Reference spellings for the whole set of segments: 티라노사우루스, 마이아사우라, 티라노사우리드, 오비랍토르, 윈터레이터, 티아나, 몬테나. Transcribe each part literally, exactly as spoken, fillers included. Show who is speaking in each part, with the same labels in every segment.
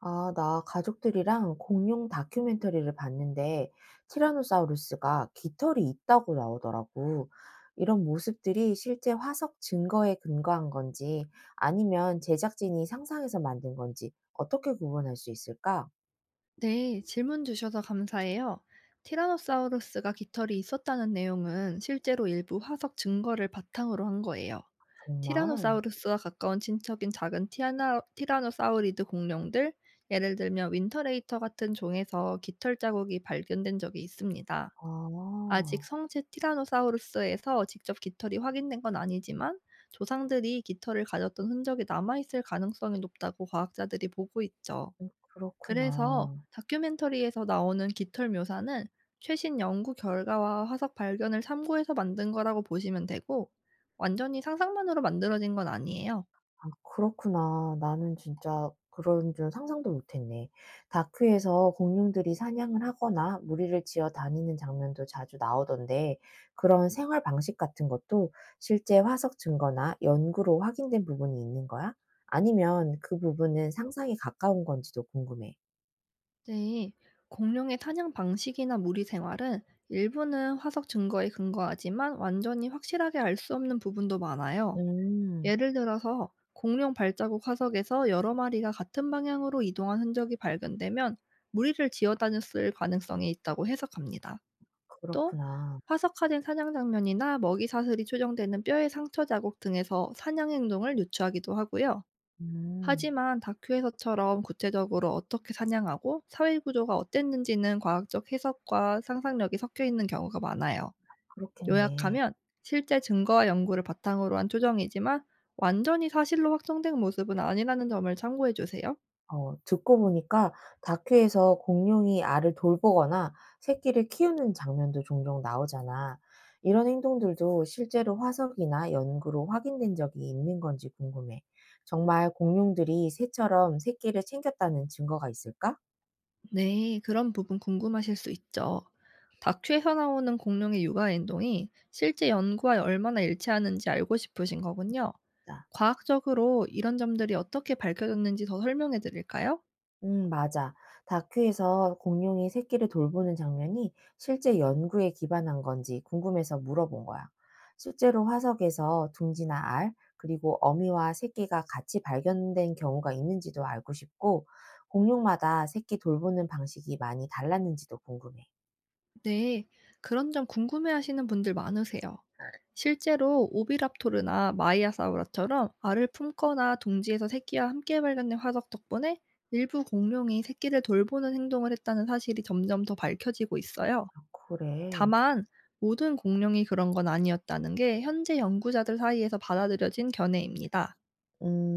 Speaker 1: 아, 나 가족들이랑 공룡 다큐멘터리를 봤는데 티라노사우루스가 깃털이 있다고 나오더라고. 이런 모습들이 실제 화석 증거에 근거한 건지 아니면 제작진이 상상해서 만든 건지 어떻게 구분할 수 있을까?
Speaker 2: 네, 질문 주셔서 감사해요. 티라노사우루스가 깃털이 있었다는 내용은 실제로 일부 화석 증거를 바탕으로 한 거예요.
Speaker 1: 정말?
Speaker 2: 티라노사우루스와 가까운 친척인 작은 티아나, 티라노사우리드 공룡들, 예를 들면 윈터레이터 같은 종에서 깃털 자국이 발견된 적이 있습니다. 아직
Speaker 1: 아,
Speaker 2: 성체 티라노사우루스에서 직접 깃털이 확인된 건 아니지만 조상들이 깃털을 가졌던 흔적이 남아있을 가능성이 높다고 과학자들이 보고 있죠.
Speaker 1: 음,
Speaker 2: 그래서
Speaker 1: 그렇구나.
Speaker 2: 다큐멘터리에서 나오는 깃털 묘사는 최신 연구 결과와 화석 발견을 참고해서 만든 거라고 보시면 되고, 완전히 상상만으로 만들어진 건 아니에요.
Speaker 1: 아, 그렇구나. 나는 진짜 그런 줄 상상도 못 했네. 다큐에서 공룡들이 사냥을 하거나 무리를 지어 다니는 장면도 자주 나오던데, 그런 생활 방식 같은 것도 실제 화석 증거나 연구로 확인된 부분이 있는 거야? 아니면 그 부분은 상상에 가까운 건지도 궁금해.
Speaker 2: 네. 공룡의 사냥 방식이나 무리 생활은 일부는 화석 증거에 근거하지만 완전히 확실하게 알 수 없는 부분도 많아요.
Speaker 1: 음,
Speaker 2: 예를 들어서 공룡 발자국 화석에서 여러 마리가 같은 방향으로 이동한 흔적이 발견되면 무리를 지어 다녔을 가능성이 있다고 해석합니다. 또
Speaker 1: 그렇구나.
Speaker 2: 화석화된 사냥 장면이나 먹이 사슬이 초정되는 뼈의 상처 자국 등에서 사냥 행동을 유추하기도 하고요.
Speaker 1: 음,
Speaker 2: 하지만 다큐에서처럼 구체적으로 어떻게 사냥하고 사회 구조가 어땠는지는 과학적 해석과 상상력이 섞여 있는 경우가 많아요.
Speaker 1: 그렇겠네.
Speaker 2: 요약하면, 실제 증거와 연구를 바탕으로 한 초정이지만 완전히 사실로 확정된 모습은 아니라는 점을 참고해 주세요.
Speaker 1: 어 듣고 보니까 다큐에서 공룡이 알을 돌보거나 새끼를 키우는 장면도 종종 나오잖아. 이런 행동들도 실제로 화석이나 연구로 확인된 적이 있는 건지 궁금해. 정말 공룡들이 새처럼 새끼를 챙겼다는 증거가 있을까?
Speaker 2: 네, 그런 부분 궁금하실 수 있죠. 다큐에서 나오는 공룡의 육아 행동이 실제 연구와 얼마나 일치하는지 알고 싶으신 거군요. 과학적으로 이런 점들이 어떻게 밝혀졌는지 더 설명해 드릴까요?
Speaker 1: 음, 맞아. 다큐에서 공룡이 새끼를 돌보는 장면이 실제 연구에 기반한 건지 궁금해서 물어본 거야. 실제로 화석에서 둥지나 알, 그리고 어미와 새끼가 같이 발견된 경우가 있는지도 알고 싶고, 공룡마다 새끼 돌보는 방식이 많이 달랐는지도 궁금해.
Speaker 2: 네, 그런 점 궁금해 하시는 분들 많으세요. 실제로 오비랍토르나 마이아사우라처럼 알을 품거나 둥지에서 새끼와 함께 발견된 화석 덕분에 일부 공룡이 새끼를 돌보는 행동을 했다는 사실이 점점 더 밝혀지고 있어요.
Speaker 1: 그래.
Speaker 2: 다만 모든 공룡이 그런 건 아니었다는 게 현재 연구자들 사이에서 받아들여진 견해입니다.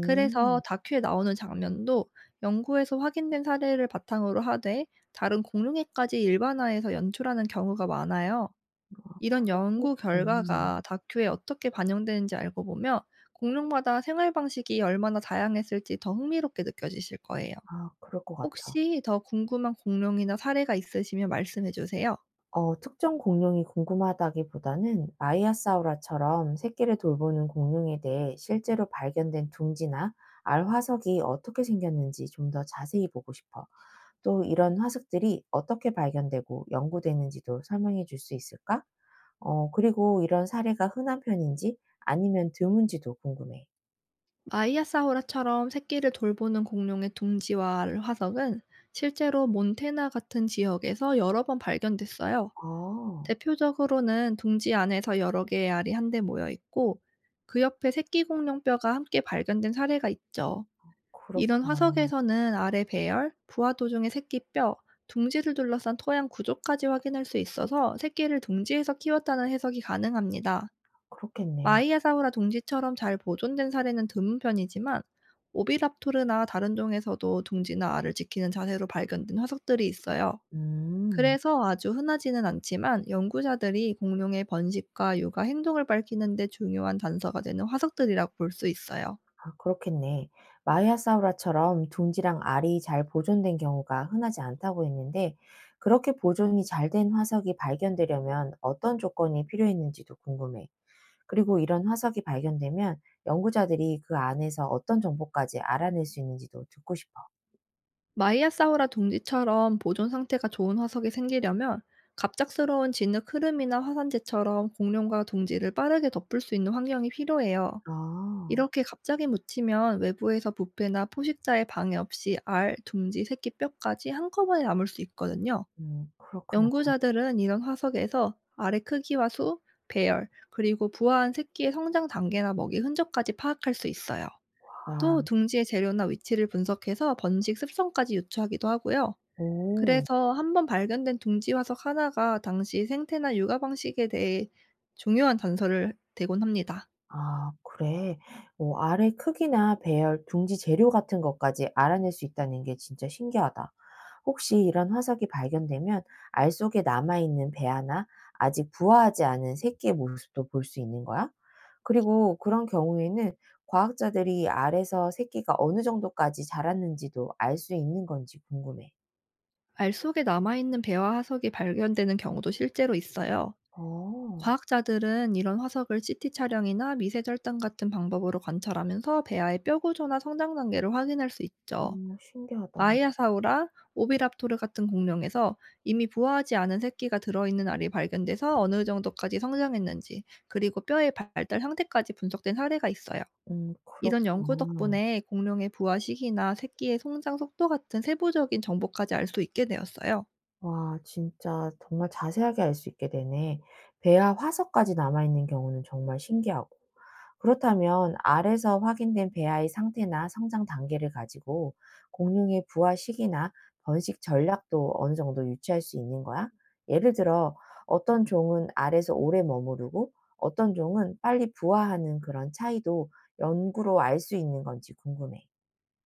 Speaker 2: 그래서 다큐에 나오는 장면도 연구에서 확인된 사례를 바탕으로 하되, 다른 공룡에까지 일반화해서 연출하는 경우가 많아요.
Speaker 1: 아,
Speaker 2: 이런
Speaker 1: 그렇고,
Speaker 2: 연구
Speaker 1: 음,
Speaker 2: 결과가 다큐에 어떻게 반영되는지 알고 보면 공룡마다 생활 방식이 얼마나 다양했을지 더 흥미롭게 느껴지실 거예요.
Speaker 1: 아, 그럴 것 같아.
Speaker 2: 혹시 더 궁금한 공룡이나 사례가 있으시면 말씀해 주세요.
Speaker 1: 어 특정 공룡이 궁금하다기보다는 마이아사우라처럼 새끼를 돌보는 공룡에 대해 실제로 발견된 둥지나 알 화석이 어떻게 생겼는지 좀 더 자세히 보고 싶어. 또 이런 화석들이 어떻게 발견되고 연구되는지도 설명해 줄 수 있을까? 어 그리고 이런 사례가 흔한 편인지 아니면 드문지도 궁금해.
Speaker 2: 아이아사호라처럼 새끼를 돌보는 공룡의 둥지와 화석은 실제로 몬테나 같은 지역에서 여러 번 발견됐어요.
Speaker 1: 아,
Speaker 2: 대표적으로는 둥지 안에서 여러 개의 알이 한데 모여 있고, 그 옆에 새끼 공룡뼈가 함께 발견된 사례가 있죠. 이런
Speaker 1: 그렇구나.
Speaker 2: 화석에서는 알의 배열, 부화 도중의 새끼뼈, 둥지를 둘러싼 토양 구조까지 확인할 수 있어서 새끼를 둥지에서 키웠다는 해석이 가능합니다.
Speaker 1: 그렇겠네.
Speaker 2: 마이야사우라 둥지처럼 잘 보존된 사례는 드문 편이지만, 오비랍토르나 다른 종에서도 둥지나 알을 지키는 자세로 발견된 화석들이 있어요.
Speaker 1: 음.
Speaker 2: 그래서 아주 흔하지는 않지만 연구자들이 공룡의 번식과 육아 행동을 밝히는 데 중요한 단서가 되는 화석들이라고 볼 수 있어요.
Speaker 1: 아, 그렇겠네. 마이아사우라처럼 둥지랑 알이 잘 보존된 경우가 흔하지 않다고 했는데 그렇게 보존이 잘된 화석이 발견되려면 어떤 조건이 필요했는지도 궁금해. 그리고 이런 화석이 발견되면 연구자들이 그 안에서 어떤 정보까지 알아낼 수 있는지도 듣고 싶어.
Speaker 2: 마이아사우라 둥지처럼 보존 상태가 좋은 화석이 생기려면 갑작스러운 진흙 흐름이나 화산재처럼 공룡과 둥지를 빠르게 덮을 수 있는 환경이 필요해요.
Speaker 1: 아.
Speaker 2: 이렇게 갑자기 묻히면 외부에서 부패나 포식자의 방해 없이 알, 둥지, 새끼 뼈까지 한꺼번에 남을 수 있거든요.
Speaker 1: 음, 그렇구나.
Speaker 2: 연구자들은 이런 화석에서 알의 크기와 수, 배열, 그리고 부화한 새끼의 성장 단계나 먹이 흔적까지 파악할 수 있어요.
Speaker 1: 아,
Speaker 2: 또 둥지의 재료나 위치를 분석해서 번식 습성까지 유추하기도 하고요.
Speaker 1: 오.
Speaker 2: 그래서 한번 발견된 둥지 화석 하나가 당시 생태나 육아 방식에 대해 중요한 단서를 대곤 합니다.
Speaker 1: 아, 그래. 오, 알의 크기나 배열, 둥지 재료 같은 것까지 알아낼 수 있다는 게 진짜 신기하다. 혹시 이런 화석이 발견되면 알 속에 남아있는 배아나 아직 부화하지 않은 새끼의 모습도 볼 수 있는 거야? 그리고 그런 경우에는 과학자들이 알에서 새끼가 어느 정도까지 자랐는지도 알 수 있는 건지 궁금해.
Speaker 2: 알 속에 남아있는 배와 화석이 발견되는 경우도 실제로 있어요.
Speaker 1: 어,
Speaker 2: 과학자들은 이런 화석을 씨티 촬영이나 미세 절단 같은 방법으로 관찰하면서 배아의 뼈 구조나 성장 단계를 확인할 수
Speaker 1: 어,
Speaker 2: 있죠.
Speaker 1: 신기하다.
Speaker 2: 마이아사우라, 오비랍토르 같은 공룡에서 이미 부화하지 않은 새끼가 들어있는 알이 발견돼서 어느 정도까지 성장했는지, 그리고 뼈의 발달 상태까지 분석된 사례가 있어요.
Speaker 1: 음,
Speaker 2: 이런 연구
Speaker 1: 그렇구나.
Speaker 2: 덕분에 공룡의 부화 시기나 새끼의 성장 속도 같은 세부적인 정보까지 알 수 있게 되었어요.
Speaker 1: 와 진짜 정말 자세하게 알 수 있게 되네. 배아 화석까지 남아 있는 경우는 정말 신기하고. 그렇다면 알에서 확인된 배아의 상태나 성장 단계를 가지고 공룡의 부화 시기나 번식 전략도 어느 정도 유추할 수 있는 거야? 예를 들어 어떤 종은 알에서 오래 머무르고 어떤 종은 빨리 부화하는 그런 차이도 연구로 알 수 있는 건지 궁금해.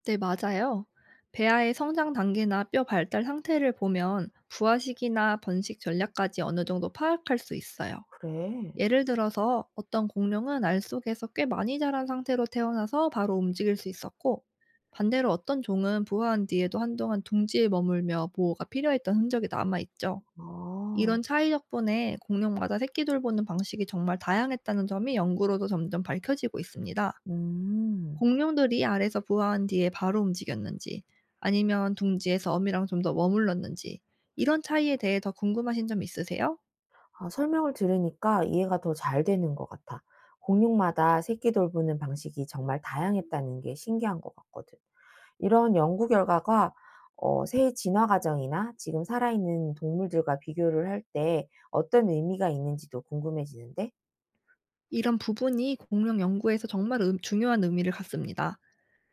Speaker 2: 네, 맞아요. 배아의 성장 단계나 뼈 발달 상태를 보면 부화 시기나 번식 전략까지 어느 정도 파악할 수 있어요.
Speaker 1: 그래.
Speaker 2: 예를 들어서 어떤 공룡은 알 속에서 꽤 많이 자란 상태로 태어나서 바로 움직일 수 있었고, 반대로 어떤 종은 부화한 뒤에도 한동안 둥지에 머물며 보호가 필요했던 흔적이 남아있죠.
Speaker 1: 아.
Speaker 2: 이런 차이 덕분에 공룡마다 새끼 돌보는 방식이 정말 다양했다는 점이 연구로도 점점 밝혀지고 있습니다.
Speaker 1: 음.
Speaker 2: 공룡들이 알에서 부화한 뒤에 바로 움직였는지, 아니면 둥지에서 어미랑 좀 더 머물렀는지, 이런 차이에 대해 더 궁금하신 점 있으세요?
Speaker 1: 아, 설명을 들으니까 이해가 더 잘 되는 것 같아. 공룡마다 새끼 돌보는 방식이 정말 다양했다는 게 신기한 것 같거든. 이런 연구 결과가 어, 새의 진화 과정이나 지금 살아있는 동물들과 비교를 할 때 어떤 의미가 있는지도 궁금해지는데?
Speaker 2: 이런 부분이 공룡 연구에서 정말 음 중요한 의미를 갖습니다.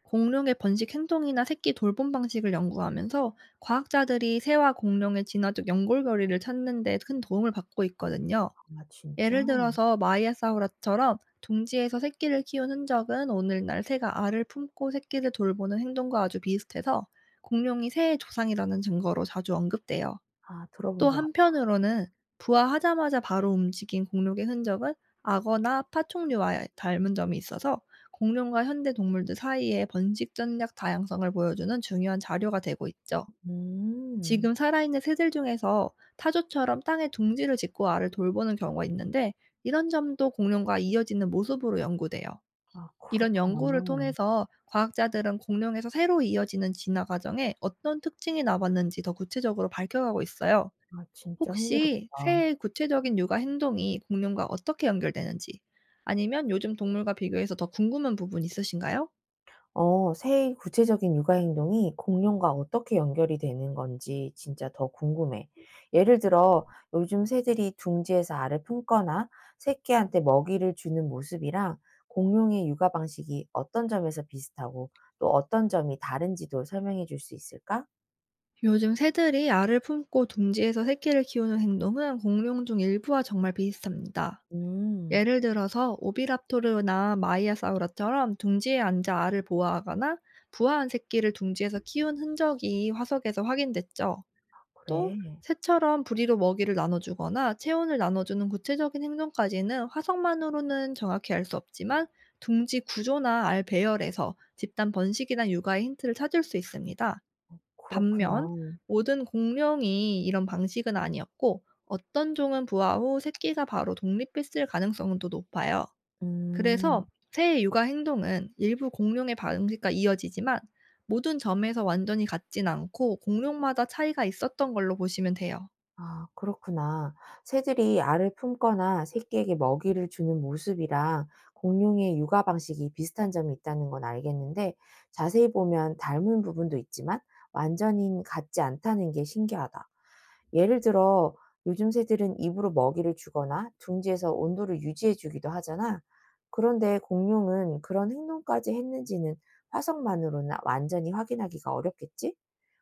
Speaker 2: 공룡의 번식 행동이나 새끼 돌봄 방식을 연구하면서 과학자들이 새와 공룡의 진화적 연골거리를 찾는 데 큰 도움을 받고 있거든요.
Speaker 1: 아, 진짜?
Speaker 2: 예를 들어서 마이아사우라처럼 둥지에서 새끼를 키운 흔적은 오늘날 새가 알을 품고 새끼를 돌보는 행동과 아주 비슷해서 공룡이 새의 조상이라는 증거로 자주 언급돼요.
Speaker 1: 아, 들어본
Speaker 2: 또
Speaker 1: 것 같아.
Speaker 2: 한편으로는, 부화하자마자 바로 움직인 공룡의 흔적은 악어나 파충류와 닮은 점이 있어서 공룡과 현대 동물들 사이의 번식 전략 다양성을 보여주는 중요한 자료가 되고 있죠.
Speaker 1: 음.
Speaker 2: 지금 살아있는 새들 중에서 타조처럼 땅에 둥지를 짓고 알을 돌보는 경우가 있는데, 이런 점도 공룡과 이어지는 모습으로 연구돼요.
Speaker 1: 아,
Speaker 2: 이런
Speaker 1: 그렇구나.
Speaker 2: 연구를 통해서 과학자들은 공룡에서 새로 이어지는 진화 과정에 어떤 특징이 남았는지 더 구체적으로 밝혀가고 있어요.
Speaker 1: 아, 진짜
Speaker 2: 혹시
Speaker 1: 흥미롭다.
Speaker 2: 새의 구체적인 육아 행동이 공룡과 어떻게 연결되는지, 아니면 요즘 동물과 비교해서 더 궁금한 부분 있으신가요?
Speaker 1: 어 새의 구체적인 육아 행동이 공룡과 어떻게 연결이 되는 건지 진짜 더 궁금해. 예를 들어 요즘 새들이 둥지에서 알을 품거나 새끼한테 먹이를 주는 모습이랑 공룡의 육아 방식이 어떤 점에서 비슷하고 또 어떤 점이 다른지도 설명해 줄 수 있을까?
Speaker 2: 요즘 새들이 알을 품고 둥지에서 새끼를 키우는 행동은 공룡 중 일부와 정말 비슷합니다.
Speaker 1: 음.
Speaker 2: 예를 들어서 오비랍토르나 마이아사우라처럼 둥지에 앉아 알을 보호하거나 부화한 새끼를 둥지에서 키운 흔적이 화석에서 확인됐죠. 또
Speaker 1: 그래.
Speaker 2: 새처럼 부리로 먹이를 나눠주거나 체온을 나눠주는 구체적인 행동까지는 화석만으로는 정확히 알 수 없지만, 둥지 구조나 알 배열에서 집단 번식이나 육아의 힌트를 찾을 수 있습니다. 반면,
Speaker 1: 그렇구나.
Speaker 2: 모든 공룡이 이런 방식은 아니었고 어떤 종은 부화 후 새끼가 바로 독립했을 가능성도 높아요.
Speaker 1: 음.
Speaker 2: 그래서 새의 육아 행동은 일부 공룡의 방식과 이어지지만 모든 점에서 완전히 같진 않고, 공룡마다 차이가 있었던 걸로 보시면 돼요.
Speaker 1: 아, 그렇구나. 새들이 알을 품거나 새끼에게 먹이를 주는 모습이랑 공룡의 육아 방식이 비슷한 점이 있다는 건 알겠는데 자세히 보면 닮은 부분도 있지만 완전히 같지 않다는 게 신기하다. 예를 들어 요즘 새들은 입으로 먹이를 주거나 둥지에서 온도를 유지해 주기도 하잖아. 그런데 공룡은 그런 행동까지 했는지는 화석만으로는 완전히 확인하기가 어렵겠지?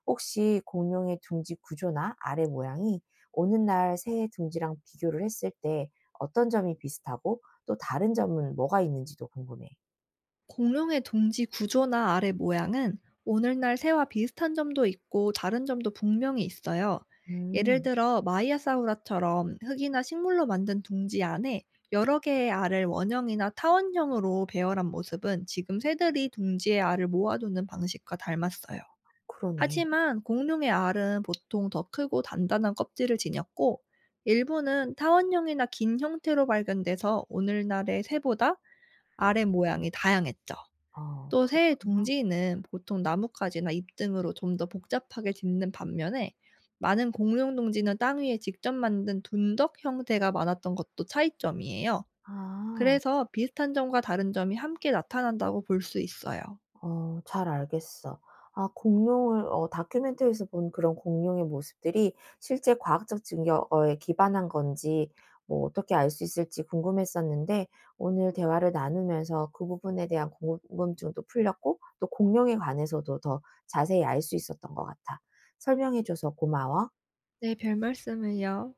Speaker 1: 혹시 공룡의 둥지 구조나 알의 모양이 오는 날 새해 둥지랑 비교를 했을 때 어떤 점이 비슷하고 또 다른 점은 뭐가 있는지도 궁금해.
Speaker 2: 공룡의 둥지 구조나 알의 모양은 오늘날 새와 비슷한 점도 있고 다른 점도 분명히 있어요. 예를
Speaker 1: 음.
Speaker 2: 들어 마이아사우라처럼 흙이나 식물로 만든 둥지 안에 여러 개의 알을 원형이나 타원형으로 배열한 모습은 지금 새들이 둥지의 알을 모아두는 방식과 닮았어요.
Speaker 1: 그러네.
Speaker 2: 하지만 공룡의 알은 보통 더 크고 단단한 껍질을 지녔고, 일부는 타원형이나 긴 형태로 발견돼서 오늘날의 새보다 알의 모양이 다양했죠.
Speaker 1: 어
Speaker 2: 또 새의
Speaker 1: 그렇구나.
Speaker 2: 둥지는 보통 나뭇가지나 잎 등으로 좀 더 복잡하게 짓는 반면에, 많은 공룡 둥지는 땅 위에 직접 만든 둔덕 형태가 많았던 것도 차이점이에요.
Speaker 1: 아.
Speaker 2: 그래서 비슷한 점과 다른 점이 함께 나타난다고 볼 수 있어요.
Speaker 1: 어 잘 알겠어. 아, 공룡을 어 다큐멘터리에서 본 그런 공룡의 모습들이 실제 과학적 증거에 기반한 건지 뭐 어떻게 알 수 있을지 궁금했었는데 오늘 대화를 나누면서 그 부분에 대한 궁금증도 풀렸고 또 공룡에 관해서도 더 자세히 알 수 있었던 것 같아. 설명해 줘서 고마워.
Speaker 2: 네, 별 말씀을요.